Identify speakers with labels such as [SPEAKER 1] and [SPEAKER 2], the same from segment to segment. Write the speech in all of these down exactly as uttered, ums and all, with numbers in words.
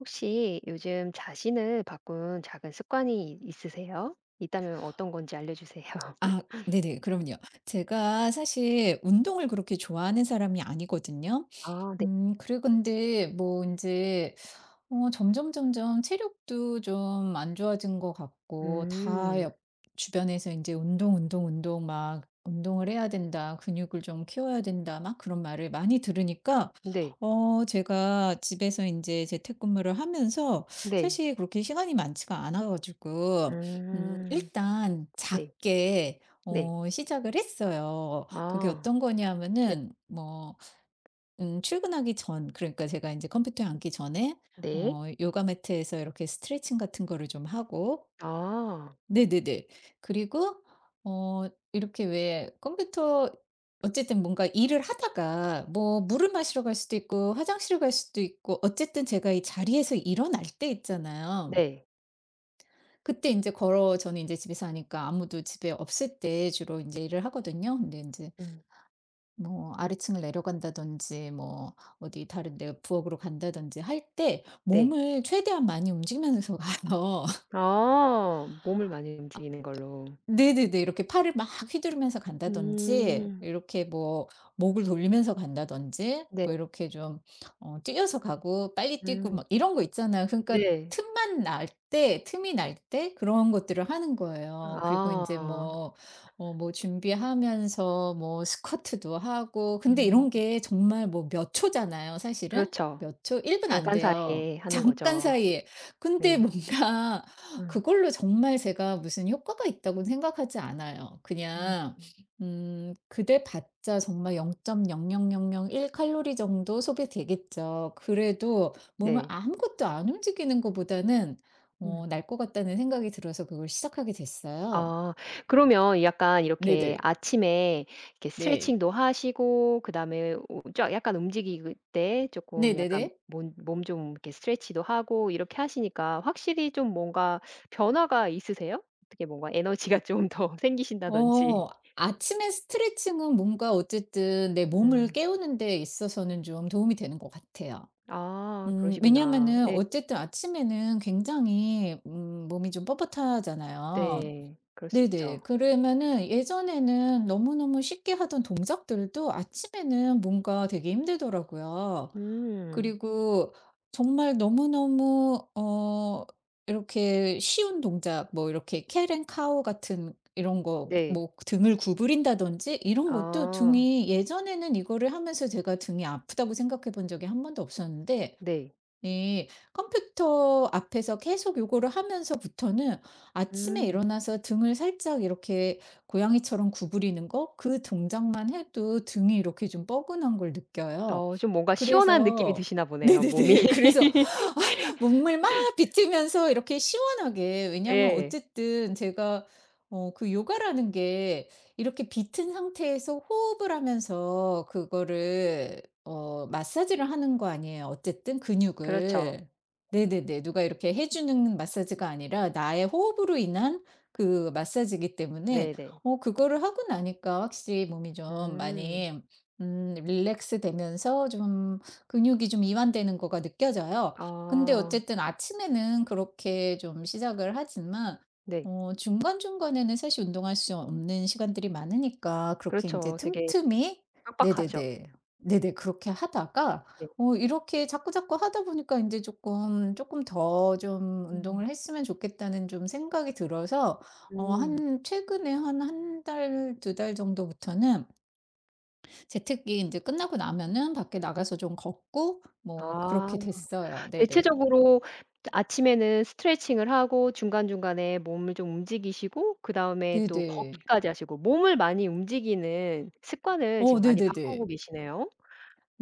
[SPEAKER 1] 혹시 요즘 자신을 바꾼 작은 습관이 있- 있으세요? 있다면 어떤 건지 알려주세요.
[SPEAKER 2] 아 네네. 그럼요. 제가 사실 운동을 그렇게 좋아하는 사람이 아니거든요.
[SPEAKER 1] 아, 네.
[SPEAKER 2] 음 그래, 근데 뭐 이제 어 점점 점점 체력도 좀 안 좋아진 것 같고, 다
[SPEAKER 1] 음,
[SPEAKER 2] 옆 주변에서 이제 "운동, 운동, 운동." 막 "운동을 해야 된다. 근육을 좀 키워야 된다." 막 그런 말을 많이 들으니까
[SPEAKER 1] 네,
[SPEAKER 2] 어 제가 집에서 이제 재택근무를 하면서
[SPEAKER 1] 네.
[SPEAKER 2] 사실 그렇게 시간이 많지가 않아 가지고 음
[SPEAKER 1] 음,
[SPEAKER 2] 일단
[SPEAKER 1] 네,
[SPEAKER 2] 작게
[SPEAKER 1] 네.
[SPEAKER 2] 어 시작을 했어요. 그게
[SPEAKER 1] 아,
[SPEAKER 2] 어떤
[SPEAKER 1] 네,
[SPEAKER 2] 거냐면은, 뭐 음 출근하기 전, 그러니까 제가 이제 컴퓨터에 앉기 전에
[SPEAKER 1] 네.
[SPEAKER 2] 어 요가 매트에서 이렇게 스트레칭 같은 거를 좀 하고.
[SPEAKER 1] 아,
[SPEAKER 2] 네네네. 그리고 어 이렇게 왜 컴퓨터, 어쨌든 뭔가 일을 하다가 뭐 물을 마시러 갈 수도 있고 화장실을 갈 수도 있고, 어쨌든 제가 이 자리에서 일어날 때 있잖아요.
[SPEAKER 1] 네.
[SPEAKER 2] 그때 인제 걸어, 저는 인제 집에 사니까 아무도 집에 없을 때 주로 인제 일을 하거든요. 근데 인제
[SPEAKER 1] 음,
[SPEAKER 2] 뭐 아래층을 내려간다든지 뭐 어디 다른 데 부엌으로 간다든지 할 때
[SPEAKER 1] 네.
[SPEAKER 2] 몸을 최대한 많이 움직이면서 가요.
[SPEAKER 1] 아, 몸을 많이 움직이는 걸로.
[SPEAKER 2] 네네네. 이렇게 팔을 막 휘두르면서 간다든지,
[SPEAKER 1] 음,
[SPEAKER 2] 이렇게 뭐 목을 돌리면서 간다든지,
[SPEAKER 1] 네.
[SPEAKER 2] 뭐 이렇게 좀 어 뛰어서 가고 빨리 뛰고
[SPEAKER 1] 음,
[SPEAKER 2] 막 이런 거 있잖아요. 그러니까
[SPEAKER 1] 네.
[SPEAKER 2] 틈만 날 때, 틈이 날 때 그런 것들을 하는 거예요. 그리고 이
[SPEAKER 1] 아,
[SPEAKER 2] 제 뭐 어 뭐 준비하면서 뭐 스쿼트도 하고. 근데
[SPEAKER 1] 음,
[SPEAKER 2] 이런 게 정말 뭐 몇 초잖아요, 사실은.
[SPEAKER 1] 그렇죠.
[SPEAKER 2] 몇 초, 일 분 안
[SPEAKER 1] 잠깐
[SPEAKER 2] 돼요.
[SPEAKER 1] 사이에 하는
[SPEAKER 2] 잠깐
[SPEAKER 1] 거죠.
[SPEAKER 2] 사이에. 근데
[SPEAKER 1] 네.
[SPEAKER 2] 뭔가
[SPEAKER 1] 음,
[SPEAKER 2] 그걸로 정말 제가 무슨 효과가 있다고는 생각하지 않아요.
[SPEAKER 1] 음,
[SPEAKER 2] 그냥 음 그대 봤자 정말 영 점 영영영영일 칼로리 정도 소비되겠죠. 그래도 몸을
[SPEAKER 1] 네.
[SPEAKER 2] 아무것도 안 움직이는 것보다는
[SPEAKER 1] 음.
[SPEAKER 2] 어 날 것 같다는 생각이 들어서 그걸 시작하게 됐어요.
[SPEAKER 1] 아. 그러면 약간 이렇게
[SPEAKER 2] 네네.
[SPEAKER 1] 아침에 이렇게
[SPEAKER 2] 네.
[SPEAKER 1] 스트레칭도 하시고 그다음에 쫙 약간 움직이때 조금 약간
[SPEAKER 2] 네네네.
[SPEAKER 1] 몸 몸 좀 이렇게 스트레치도 하고 이렇게 하시니까 확실히 좀 뭔가 변화가 있으세요? 어떻게 뭔가 에너지가 좀 더 생기신다든지.
[SPEAKER 2] 어 아침에 스트레칭은 뭔가 어쨌든 내 몸을
[SPEAKER 1] 음.
[SPEAKER 2] 깨우는 데 있어서는 좀 도움이 되는 것 같아요.
[SPEAKER 1] 아
[SPEAKER 2] 음
[SPEAKER 1] 그러시구나.
[SPEAKER 2] 왜냐면은
[SPEAKER 1] 네
[SPEAKER 2] 어쨌든 아침에는 굉장히, 음 몸이 좀 뻣뻣하잖아요.
[SPEAKER 1] 네. 그럴 수
[SPEAKER 2] 네네.
[SPEAKER 1] 있죠.
[SPEAKER 2] 그러면은 예전에는 너무너무 쉽게 하던 동작들도 아침에는 뭔가 되게 힘들더라고요.
[SPEAKER 1] 음.
[SPEAKER 2] 그리고 정말 너무너무 어 이렇게 쉬운 동작, 뭐 이렇게 캣앤 카우 같은 이런 거,
[SPEAKER 1] 네.
[SPEAKER 2] 뭐 등을 구부린다든지, 이런 것도
[SPEAKER 1] 아.
[SPEAKER 2] 등이, 예전에는 이거를 하면서 제가 등이 아프다고 생각해 본 적이 한 번도 없었는데,
[SPEAKER 1] 네.
[SPEAKER 2] 네. 컴퓨터 앞에서 계속 요거를 하면서부터는 아침에
[SPEAKER 1] 음.
[SPEAKER 2] 일어나서 등을 살짝 이렇게 고양이처럼 구부리는 거, 그 동작만 해도 등이 이렇게 좀 뻐근한 걸 느껴요.
[SPEAKER 1] 어 좀 뭔가 시원한 느낌이
[SPEAKER 2] 그래서
[SPEAKER 1] 드시나 보네요 몸이.
[SPEAKER 2] 네네네. 그래서 눈물 막 비치면서 이렇게 시원하게. 왜냐면
[SPEAKER 1] 예.
[SPEAKER 2] 어쨌든 제가 어 그 요가라는 게 이렇게 비튼 상태에서 호흡을 하면서 그거를 어 마사지를 하는 거 아니에요, 어쨌든
[SPEAKER 1] 그렇죠.
[SPEAKER 2] 근육을. 네네네. 누가 이렇게 해 주는 마사지가 아니라 나의 호흡으로 인한 그 마사지이기 때문에
[SPEAKER 1] 네네.
[SPEAKER 2] 어 그거를 하고 나니까 확실히 몸이 좀
[SPEAKER 1] 음.
[SPEAKER 2] 많이 음 릴렉스되면서 좀 근육이 좀 이완되는 거가 느껴져요. 근데
[SPEAKER 1] 아
[SPEAKER 2] 어쨌든 아침에는 그렇게 좀 시작을 하지만
[SPEAKER 1] 네.
[SPEAKER 2] 어 중간중간에는 사실 운동할 수 없는 시간들이 많으니까, 그렇게 인제
[SPEAKER 1] 그렇죠. 되게
[SPEAKER 2] 틈틈이.
[SPEAKER 1] 빡빡하죠.
[SPEAKER 2] 네네네. 네네. 그렇게 하다가
[SPEAKER 1] 네.
[SPEAKER 2] 어 이렇게 자꾸자꾸 하다 보니까 인제 쪼끔, 쪼끔 더 좀
[SPEAKER 1] 음.
[SPEAKER 2] '운동을 했으면 좋겠다.'는 좀 생각이 들어서 어
[SPEAKER 1] 음.
[SPEAKER 2] 한 최근에 한 한 달 두 달 정도부터는 재택이 인제 끝나고 나면은 밖에 나가서 좀 걷고, 뭐
[SPEAKER 1] 아
[SPEAKER 2] 그렇게 됐어요. 네네.
[SPEAKER 1] 대체적으로 아침에는 스트레칭을 하고 중간중간에 몸을 좀 움직이시고 그다음에 또
[SPEAKER 2] 네네.
[SPEAKER 1] 걷기까지 하시고 몸을 많이 움직이는 습관을
[SPEAKER 2] 어
[SPEAKER 1] 지금 많이 바꾸고
[SPEAKER 2] 네네네.
[SPEAKER 1] 계시네요.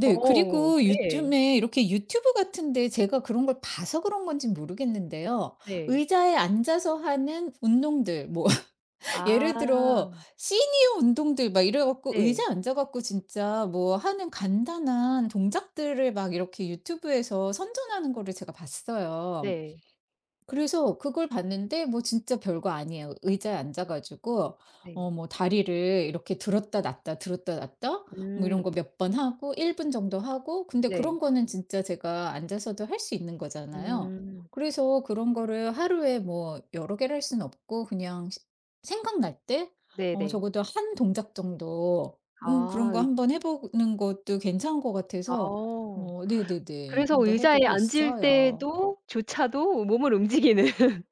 [SPEAKER 2] 네.
[SPEAKER 1] 어
[SPEAKER 2] 그리고
[SPEAKER 1] 네.
[SPEAKER 2] 요즘에 이렇게 유튜브 같은 데 제가 그런 걸 봐서 그런 건진 모르겠는데요.
[SPEAKER 1] 네.
[SPEAKER 2] 의자에 앉아서 하는 운동들, 뭐 예를 들어
[SPEAKER 1] 아
[SPEAKER 2] 시니어 운동들 막 이래 갖고
[SPEAKER 1] 네.
[SPEAKER 2] 의자에 앉아 갖고 진짜 뭐 하는 간단한 동작들을 막 이렇게 유튜브에서 선전하는 거를 제가 봤어요.
[SPEAKER 1] 네.
[SPEAKER 2] 그래서 그걸 봤는데 뭐 진짜 별거 아니에요. 의자에 앉아 가지고
[SPEAKER 1] 네.
[SPEAKER 2] 어 뭐 다리를 이렇게 들었다 놨다, 들었다 놨다, 뭐
[SPEAKER 1] 음
[SPEAKER 2] 이런 거 몇 번 하고 일 분 정도 하고. 근데
[SPEAKER 1] 네.
[SPEAKER 2] 그런 거는 진짜 제가 앉아서도 할 수 있는 거잖아요.
[SPEAKER 1] 음
[SPEAKER 2] 그래서 그런 거를 하루에 뭐 여러 개를 할 수는 없고, 그냥 시 생각날 때 어
[SPEAKER 1] 네네.
[SPEAKER 2] 적어도 한 동작 정도 음 그런
[SPEAKER 1] 아
[SPEAKER 2] 거 한번 해 보는 것도 괜찮은 것 같아서
[SPEAKER 1] 어.
[SPEAKER 2] 어 네네네.
[SPEAKER 1] 그래서
[SPEAKER 2] 한번 해
[SPEAKER 1] 의자에
[SPEAKER 2] 보고
[SPEAKER 1] 앉을
[SPEAKER 2] 있어요.
[SPEAKER 1] 때도 조차도 몸을 움직이는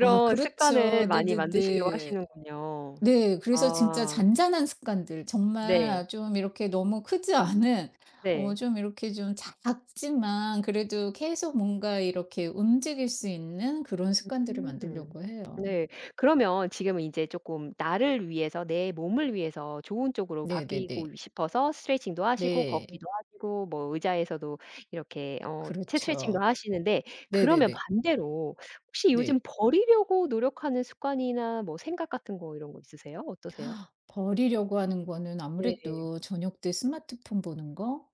[SPEAKER 2] 아
[SPEAKER 1] 습관을
[SPEAKER 2] 그렇죠.
[SPEAKER 1] 많이 만드시려고
[SPEAKER 2] 네네네.
[SPEAKER 1] 하시는군요.
[SPEAKER 2] 네. 그래서 진짜
[SPEAKER 1] 아.
[SPEAKER 2] 잔잔한 습관들,
[SPEAKER 1] 네.
[SPEAKER 2] 정말 좀 이렇게 너무 크지 않은 어
[SPEAKER 1] 네.
[SPEAKER 2] 좀 이렇게 좀 작지만 그래도 계속 뭔가 이렇게 움직일 수 있는 그런 습관들을
[SPEAKER 1] 음.
[SPEAKER 2] 만들려고 해요.
[SPEAKER 1] 네. 그러면 지금은 이제 쪼끔 나를 위해서 내 몸을 위해서 좋은 쪽으로
[SPEAKER 2] 네네네.
[SPEAKER 1] 바뀌고 싶어서 스트레칭도 하시고
[SPEAKER 2] 네.
[SPEAKER 1] 걷기도 하시고 뭐 의자에서도 이렇게 어 스트레칭도
[SPEAKER 2] 그렇죠.
[SPEAKER 1] 하시는데 그러면
[SPEAKER 2] 네네네.
[SPEAKER 1] 반대로 혹시 요즘
[SPEAKER 2] 네.
[SPEAKER 1] 버리려고 노력하는 습관이나 뭐 생각 같은 거 이런 거 있으세요? 어떠세요?
[SPEAKER 2] 버리려고 하는 거는
[SPEAKER 1] 네.
[SPEAKER 2] 아무래도 저녁 때 스마트폰 보는 거,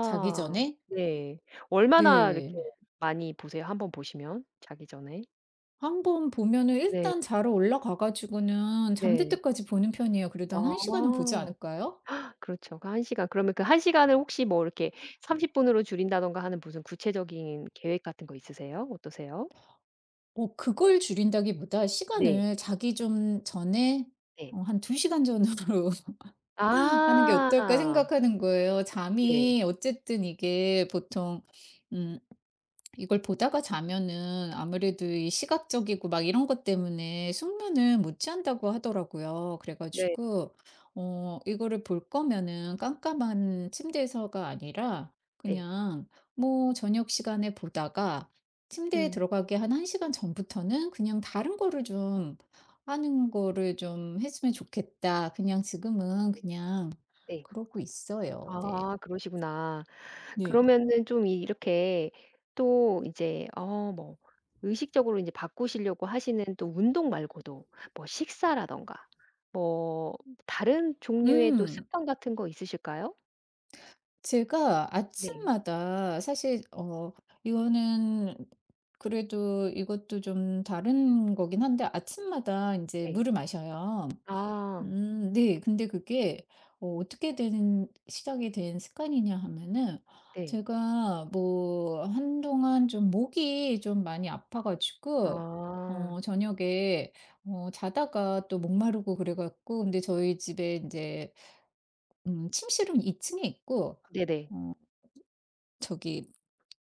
[SPEAKER 2] 자기 전에.
[SPEAKER 1] 네. 얼마나 이렇게
[SPEAKER 2] 네.
[SPEAKER 1] 많이 보세요? 한번 보시면 자기 전에?
[SPEAKER 2] 한번 보면은
[SPEAKER 1] 네.
[SPEAKER 2] 일단 자러 올라가 가지고는 잠들
[SPEAKER 1] 네.
[SPEAKER 2] 때까지 보는 편이에요. 그래도 한 1 시간은 보지
[SPEAKER 1] 아.
[SPEAKER 2] 않을까요?
[SPEAKER 1] 그렇죠. 그 한 시간 그러면 그 한 시간을 혹시 뭐 이렇게 삼십 분으로 줄인다든가 하는 무슨 구체적인 계획 같은 거 있으세요? 어떠세요?
[SPEAKER 2] 어 그걸 줄인다기보다
[SPEAKER 1] 네.
[SPEAKER 2] 시간을 자기 좀 전에
[SPEAKER 1] 네.
[SPEAKER 2] 어 한 두 시간 전으로 하는 게 어떨까
[SPEAKER 1] 아.
[SPEAKER 2] 생각하는 거예요.
[SPEAKER 1] 네.
[SPEAKER 2] 잠이 어쨌든 이게 보통, 음 이걸 보다가 자면은 아무래도 이 시각적이고 막 이런 것 때문에 숙면을 못 취한다고 하더라고요. 그래
[SPEAKER 1] 네.
[SPEAKER 2] 가지고 어 이거를 볼 거면은 깜깜한 침대에서가 아니라
[SPEAKER 1] 네.
[SPEAKER 2] 그냥 뭐 저녁 시간에 보다가 침대에
[SPEAKER 1] 음.
[SPEAKER 2] 들어가기 한 1 시간 전부터는 그냥 다른 거를 좀 하는 거를 좀 했으면 좋겠다. 그냥 지금은 그냥
[SPEAKER 1] 네.
[SPEAKER 2] 그러고 있어요. 네.
[SPEAKER 1] 아 그러시구나.
[SPEAKER 2] 네.
[SPEAKER 1] 그러면은 좀 이렇게 또 이제 어 뭐 의식적으로 인제 바꾸시려고 하시는 또 운동 말고도 뭐 식사라든가 뭐 다른 종류의 또
[SPEAKER 2] 음.
[SPEAKER 1] 습관 같은 거 있으실까요?
[SPEAKER 2] 제가
[SPEAKER 1] 네.
[SPEAKER 2] 아침마다 사실 어 이거는, 그래도 이것도 좀 다른 거긴 한데, 아침마다 이제
[SPEAKER 1] 네.
[SPEAKER 2] 물을 마셔요.
[SPEAKER 1] 아.
[SPEAKER 2] 음, 네. 근데 그게 어 어떻게 된 시작이 된 습관이냐 하면은,
[SPEAKER 1] 네.
[SPEAKER 2] 제가 뭐 한동안 좀 목이 좀 많이 아파 가지고
[SPEAKER 1] 아.
[SPEAKER 2] 어 저녁에 어 자다가 또 목 마르고 그래 갖고. 근데 저희 집에 이제 음 침실은 2 층에 있고
[SPEAKER 1] 네네.
[SPEAKER 2] 어 저기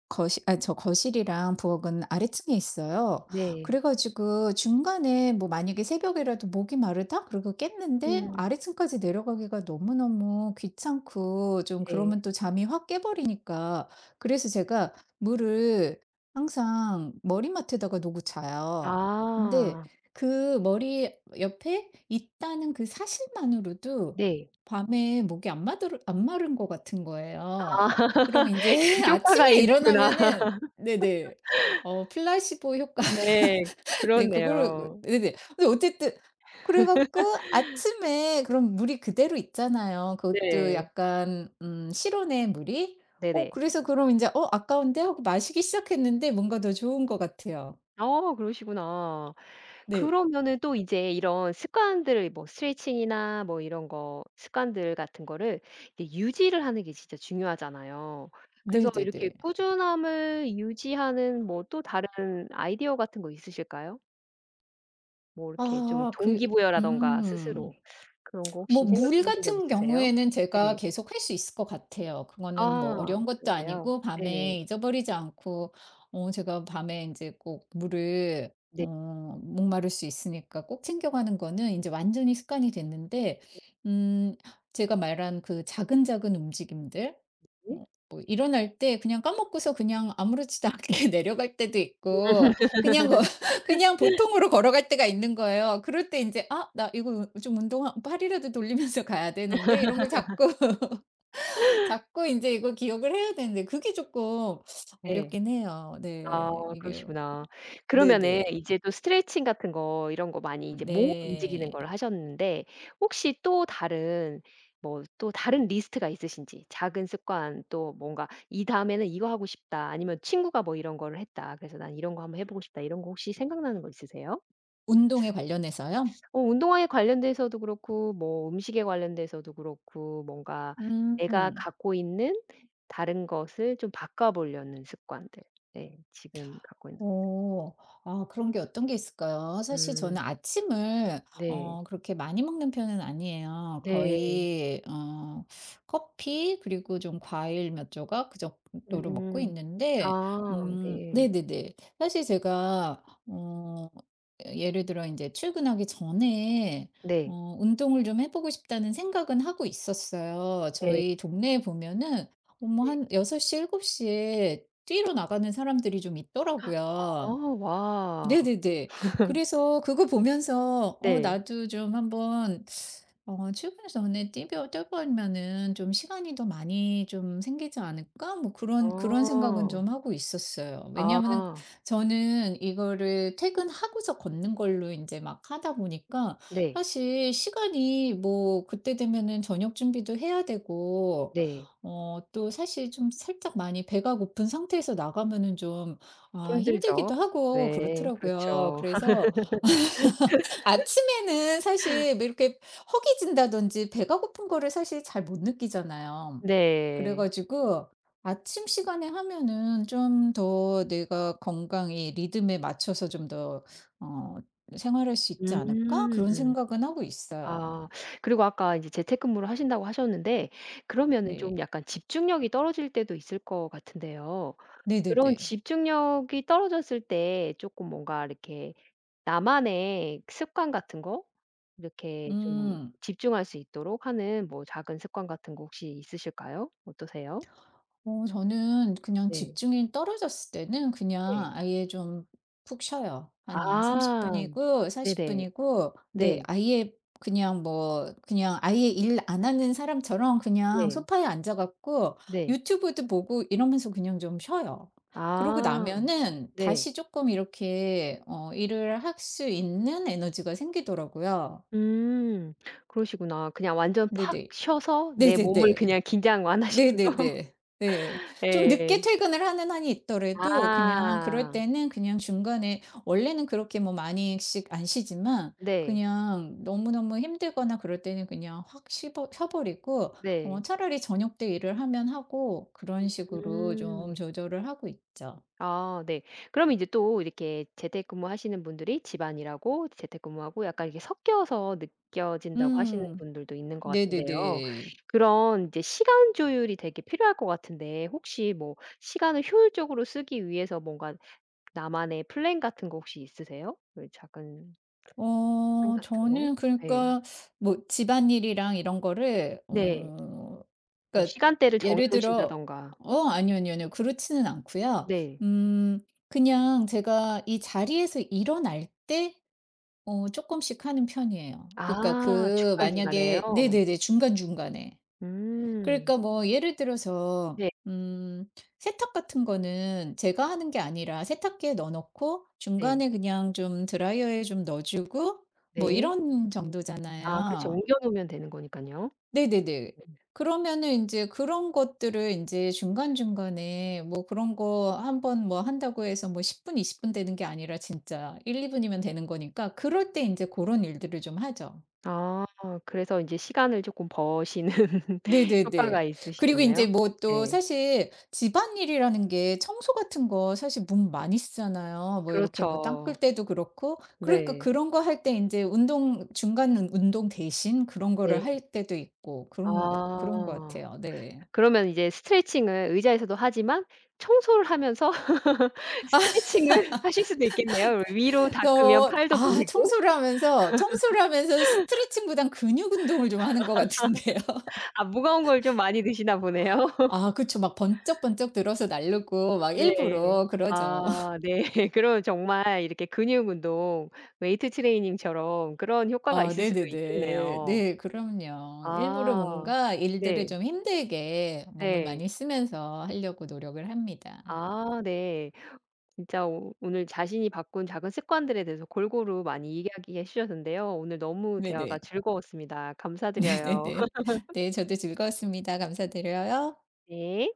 [SPEAKER 2] 거실, 아 저 거실이랑 부엌은 아래층에 있어요.
[SPEAKER 1] 네.
[SPEAKER 2] 그래 가지고 중간에 뭐 만약에 새벽에라도 목이 마르다 그러고 깼는데,
[SPEAKER 1] 음.
[SPEAKER 2] 아래층까지 내려가기가 너무너무 귀찮고 좀
[SPEAKER 1] 네.
[SPEAKER 2] 그러면 또 잠이 확 깨 버리니까, 그래서 제가 물을 항상 머리맡에다가 놓고 자요. 근데
[SPEAKER 1] 아.
[SPEAKER 2] 그 머리 옆에 있다는 그 사실만으로도
[SPEAKER 1] 네.
[SPEAKER 2] 밤에 목이 안 마르 안 마른 것 같은 거예요.
[SPEAKER 1] 아.
[SPEAKER 2] 그럼 인제
[SPEAKER 1] 효과가
[SPEAKER 2] 아침에
[SPEAKER 1] 있구나.
[SPEAKER 2] 일어나면은, 네네. 어 플라시보 효과.
[SPEAKER 1] 네.
[SPEAKER 2] 네. 그거를 그,
[SPEAKER 1] 그렇네요.
[SPEAKER 2] 네네. 근데 어쨌든 그래 갖고 아침에 그럼 물이 그대로 있잖아요. 그것도
[SPEAKER 1] 네.
[SPEAKER 2] 약간, 음 실온의 물이. 어
[SPEAKER 1] 네네.
[SPEAKER 2] 그래서 그럼 인제 '어 아까운데?' 하고 마시기 시작했는데 뭔가 더 좋은 것 같아요.
[SPEAKER 1] 어 그러시구나.
[SPEAKER 2] 네.
[SPEAKER 1] 그러면은 또 이제 이런 습관들을 뭐 스트레칭이나 뭐 이런 거 습관들 같은 거를 이제 유지를 하는 게 진짜 중요하잖아요. 그래서 이렇게
[SPEAKER 2] 네네네.
[SPEAKER 1] 꾸준함을 유지하는 뭐 또 다른 아이디어 같은 거 있으실까요? 뭐 이렇게 좀
[SPEAKER 2] 아. 그
[SPEAKER 1] 동기부여라든가
[SPEAKER 2] 음.
[SPEAKER 1] 스스로 그런 거
[SPEAKER 2] 뭐
[SPEAKER 1] 혹시 생각해
[SPEAKER 2] 물
[SPEAKER 1] 보신 적
[SPEAKER 2] 같은
[SPEAKER 1] 있으세요?
[SPEAKER 2] 경우에는 제가
[SPEAKER 1] 네.
[SPEAKER 2] 계속 할 수 있을 것 같아요. 그거는 뭐
[SPEAKER 1] 아
[SPEAKER 2] 어려운 것도
[SPEAKER 1] 그러세요?
[SPEAKER 2] 아니고,
[SPEAKER 1] 네.
[SPEAKER 2] 밤에 잊어버리지 않고 어 제가 밤에 인제 꼭 물을 어
[SPEAKER 1] 네.
[SPEAKER 2] 목마를 수 있으니까 꼭 챙겨가는 거는 인제 완전히 습관이 됐는데, 음 제가 말한 그 작은작은 움직임들, 어 뭐 일어날 때 그냥 까먹고서 그냥 아무렇지도 않게 내려갈 때도 있고, 그냥 그냥 보통으로 걸어갈 때가 있는 거예요. 그럴 때 인제 '아 나 이거 좀 운동, 한 팔이라도 돌리면서 가야 되는데.' 이런 걸 자꾸, 자꾸 인제 이걸 기억을 해야 되는데 그게 쪼끔
[SPEAKER 1] 네.
[SPEAKER 2] 어렵긴 해요.
[SPEAKER 1] 아
[SPEAKER 2] 네. 이게,
[SPEAKER 1] 그러시구나.
[SPEAKER 2] 네
[SPEAKER 1] 그러면은
[SPEAKER 2] 네.
[SPEAKER 1] 이제 또 스트레칭 같은 거 이런 거 많이 이제 몸을 움직이는
[SPEAKER 2] 네.
[SPEAKER 1] 걸 하셨는데 혹시 또 다른 뭐 또 다른 리스트가 있으신지 작은 습관 또 뭔가 '이 다음에는 이거 하고 싶다.' 아니면 '친구가 뭐 이런 거를 했다. 그래서 난 이런 거 한번 해 보고 싶다.' 이런 거 혹시 생각나는 거 있으세요?
[SPEAKER 2] 운동에 관련해서요?
[SPEAKER 1] 어 운동화에 관련돼서도 그렇고 뭐 음식에 관련돼서도 그렇고 뭔가 내가
[SPEAKER 2] 음.
[SPEAKER 1] 갖고 있는 다른 것을 좀 바꿔 보려는 습관들. 네. 지금 갖고 있는
[SPEAKER 2] 오, 아 그런 게 어떤 게 있을까요? 사실
[SPEAKER 1] 음
[SPEAKER 2] 저는 아침을
[SPEAKER 1] 네.
[SPEAKER 2] 어 그렇게 많이 먹는 편은 아니에요.
[SPEAKER 1] 네.
[SPEAKER 2] 거의 어 커피 그리고 좀 과일 몇 조각 그 정도로 먹고
[SPEAKER 1] 음.
[SPEAKER 2] 있는데,
[SPEAKER 1] 아
[SPEAKER 2] 음
[SPEAKER 1] 네.
[SPEAKER 2] 네네네. 사실 제가 어 예를 들어 이제 출근하기 전에
[SPEAKER 1] 네.
[SPEAKER 2] 어 운동을 좀 해 보고 싶다는 생각은 하고 있었어요.
[SPEAKER 1] 네.
[SPEAKER 2] 저희 동네에 보면은 어머,
[SPEAKER 1] 네.
[SPEAKER 2] 한여섯 시일곱 시에 뛰러 나가는 사람들이 좀
[SPEAKER 1] 아
[SPEAKER 2] 있더라고요.
[SPEAKER 1] 와.
[SPEAKER 2] 네네네. 그래서 그거 보면서 '어
[SPEAKER 1] 네.
[SPEAKER 2] 나도 좀 한번 어 출근 전에 뛰벼 뛰어버리면은 좀 시간이 더 많이 좀 생기지 않을까?' 뭐 그런 그런 생각은
[SPEAKER 1] 어.
[SPEAKER 2] 좀 하고 있었어요. 왜냐하면은
[SPEAKER 1] 아.
[SPEAKER 2] 저는 이거를 퇴근하고서 걷는 걸로 이제 막 하다 보니까
[SPEAKER 1] 네.
[SPEAKER 2] 사실 시간이 뭐 그때 되면은 저녁 준비도 해야 되고
[SPEAKER 1] 네.
[SPEAKER 2] 어 또 사실 좀 살짝 많이 배가 고픈 상태에서 나가면은 좀, 아
[SPEAKER 1] 힘들죠.
[SPEAKER 2] 힘들기도 하고
[SPEAKER 1] 네.
[SPEAKER 2] 그렇더라고요.
[SPEAKER 1] 그렇죠.
[SPEAKER 2] 그래서 아침에는 사실 뭐 이렇게 허기진다든지 배가 고픈 거를 사실 잘 못 느끼잖아요. 그래
[SPEAKER 1] 네.
[SPEAKER 2] 가지고 아침 시간에 하면은 좀 더 내가 건강이 리듬에 맞춰서 좀 더 어 생활할 수 있지 않을까, 그런
[SPEAKER 1] 음.
[SPEAKER 2] 생각은 하고 있어요.
[SPEAKER 1] 아. 그리고 아까 이제 재택근무를 하신다고 하셨는데 그러면은 좀
[SPEAKER 2] 네.
[SPEAKER 1] 약간 집중력이 떨어질 때도 있을 것 같은데요. 그런
[SPEAKER 2] 네네네.
[SPEAKER 1] 집중력이 떨어졌을 때 조금 뭔가 이렇게 나만의 습관 같은 거 이렇게 좀
[SPEAKER 2] 음.
[SPEAKER 1] 집중할 수 있도록 하는 뭐 작은 습관 같은 거 혹시 있으실까요? 어떠세요?
[SPEAKER 2] 어 저는 그냥
[SPEAKER 1] 네.
[SPEAKER 2] 집중이 떨어졌을 때는
[SPEAKER 1] 네.
[SPEAKER 2] 그냥 아예 좀 푹 쉬어요. 한 30
[SPEAKER 1] 아.
[SPEAKER 2] 분이고 40
[SPEAKER 1] 네네.
[SPEAKER 2] 분이고, 네
[SPEAKER 1] 네.
[SPEAKER 2] 아예 그냥 뭐 그냥 아예 일 안 하는 사람처럼 그냥
[SPEAKER 1] 네.
[SPEAKER 2] 소파에 앉아 갖고
[SPEAKER 1] 네.
[SPEAKER 2] 유튜브도 보고 이러면서 그냥 좀 쉬어요. 그러고
[SPEAKER 1] 아.
[SPEAKER 2] 나면은
[SPEAKER 1] 네.
[SPEAKER 2] 다시 조금 이렇게 어 일을 할 수 있는 에너지가 생기더라고요.
[SPEAKER 1] 음. 그러시구나. 그냥 완전 팍
[SPEAKER 2] 네네.
[SPEAKER 1] 쉬어서 내 몸을
[SPEAKER 2] 네네네.
[SPEAKER 1] 그냥 긴장 완화시키고
[SPEAKER 2] 네네네. 네. 좀 늦게
[SPEAKER 1] 예.
[SPEAKER 2] 퇴근을 하는 한이 있더라도 그냥 그럴
[SPEAKER 1] 아.
[SPEAKER 2] 때는 그냥 중간에 원래는 그렇게 뭐 많이씩 안 쉬지만,
[SPEAKER 1] 네.
[SPEAKER 2] 그냥 너무너무 힘들거나 그럴 때는 그냥 확 쉬버 쉬어 버리고 어
[SPEAKER 1] 네.
[SPEAKER 2] 차라리 저녁 때 일을 하면 하고, 그런 식으로
[SPEAKER 1] 음.
[SPEAKER 2] 좀 조절을 하고 있죠.
[SPEAKER 1] 아 네. 그러면 이제 또 이렇게 재택근무하시는 분들이 집안일하고 재택근무하고 약간 이렇게 섞여서 느껴진다고 하시는
[SPEAKER 2] 음.
[SPEAKER 1] 분들도 있는 것 같은데요.
[SPEAKER 2] 네네네.
[SPEAKER 1] 그런 이제 시간 조율이 되게 필요할 것 같은데 혹시 뭐 시간을 효율적으로 쓰기 위해서 뭔가 나만의 플랜 같은 거 혹시 있으세요? 그 작은 빵
[SPEAKER 2] 어
[SPEAKER 1] 같은 거?
[SPEAKER 2] 저는
[SPEAKER 1] 네.
[SPEAKER 2] 그러니까 뭐 집안일이랑 이런 거를
[SPEAKER 1] 네.
[SPEAKER 2] 어
[SPEAKER 1] 뭐
[SPEAKER 2] 그러니까
[SPEAKER 1] 시간대를 정해
[SPEAKER 2] 예를 들어
[SPEAKER 1] 놓으신다든가.
[SPEAKER 2] 어 아니요, 아니요, 아니요. 그렇지는 않고요.
[SPEAKER 1] 네.
[SPEAKER 2] 음 그냥 제가 이 자리에서 일어날 때 어 조금씩 하는 편이에요. 그러니까
[SPEAKER 1] 아
[SPEAKER 2] 그,
[SPEAKER 1] 중간중간에요?
[SPEAKER 2] 만약에, 네네네. 중간중간에.
[SPEAKER 1] 음.
[SPEAKER 2] 그러니까 뭐 예를 들어서
[SPEAKER 1] 네
[SPEAKER 2] 음 세탁 같은 거는 제가 하는 게 아니라 세탁기에 넣어 놓고
[SPEAKER 1] 네.
[SPEAKER 2] 중간에 그냥 좀 드라이어에 좀 넣어 주고 뭐
[SPEAKER 1] 네.
[SPEAKER 2] 이런
[SPEAKER 1] 아 그렇죠.
[SPEAKER 2] 정도잖아요.
[SPEAKER 1] 옮겨 놓으면 되는 거니깐요.
[SPEAKER 2] 네네네.
[SPEAKER 1] 음.
[SPEAKER 2] 그러면은 이제 그런 것들을 이제 중간중간에 뭐 그런 거 한번 뭐 한다고 해서 뭐 십 분, 이십 분 되는 게 아니라 진짜 일이 분이면 되는 거니까, 그럴 때 이제 그런 일들을 좀 하죠.
[SPEAKER 1] 아 그래서 인제 시간을 쪼끔 버시는 효과가
[SPEAKER 2] 네네네. 그리고 인제
[SPEAKER 1] 있으시겠네요.
[SPEAKER 2] 뭐 또
[SPEAKER 1] 네.
[SPEAKER 2] 사실 집안일이라는 게 청소 같은 거 사실 몸 많이 쓰잖아요. 뭐 이렇게 뭐 땅 끌
[SPEAKER 1] 그렇죠.
[SPEAKER 2] 때도 그렇고. 그러니까
[SPEAKER 1] 네.
[SPEAKER 2] 그런 거 할 때 인제 운동 중간, 운 운동 대신 그런 거를
[SPEAKER 1] 네.
[SPEAKER 2] 할 때도 있고, 그런 거 그런 것
[SPEAKER 1] 아.
[SPEAKER 2] 같아요. 네.
[SPEAKER 1] 그러면 이제 스트레칭을 의자에서도 하지만 청소를 하면서 스트레칭을 하실 수도 있겠네요. 위로 닦으면
[SPEAKER 2] 그래서
[SPEAKER 1] 팔도
[SPEAKER 2] 아,
[SPEAKER 1] 물리고.
[SPEAKER 2] 청소를 하면서 청소를 하면서 스트레칭보단 근육 운동을 좀 하는 것 같은데요.
[SPEAKER 1] 아 무거운 걸 좀 많이 드시나 보네요.
[SPEAKER 2] 아 그쵸. 막 번쩍번쩍 들어서 날르고 막
[SPEAKER 1] 네.
[SPEAKER 2] 일부러 그러죠.
[SPEAKER 1] 아 네. 그럼 정말 이렇게 근육 운동, 웨이트 트레이닝처럼 그런 효과가
[SPEAKER 2] 아
[SPEAKER 1] 있을 수도
[SPEAKER 2] 네네네.
[SPEAKER 1] 있겠네요.
[SPEAKER 2] 네 그럼요. 일부러
[SPEAKER 1] 아.
[SPEAKER 2] 뭔가 일들을
[SPEAKER 1] 네.
[SPEAKER 2] 좀 힘들게 몸을
[SPEAKER 1] 네
[SPEAKER 2] 많이 쓰면서 하려고 노력을 합니다.
[SPEAKER 1] 아 네. 진짜 오 오늘 자신이 바꾼 작은 습관들에 대해서 골고루 많이 이야기해 주셨는데요. 오늘 너무 대화가
[SPEAKER 2] 네네.
[SPEAKER 1] 즐거웠습니다. 감사드려요.
[SPEAKER 2] 네네. 네 저도 즐거웠습니다. 감사드려요.
[SPEAKER 1] 네.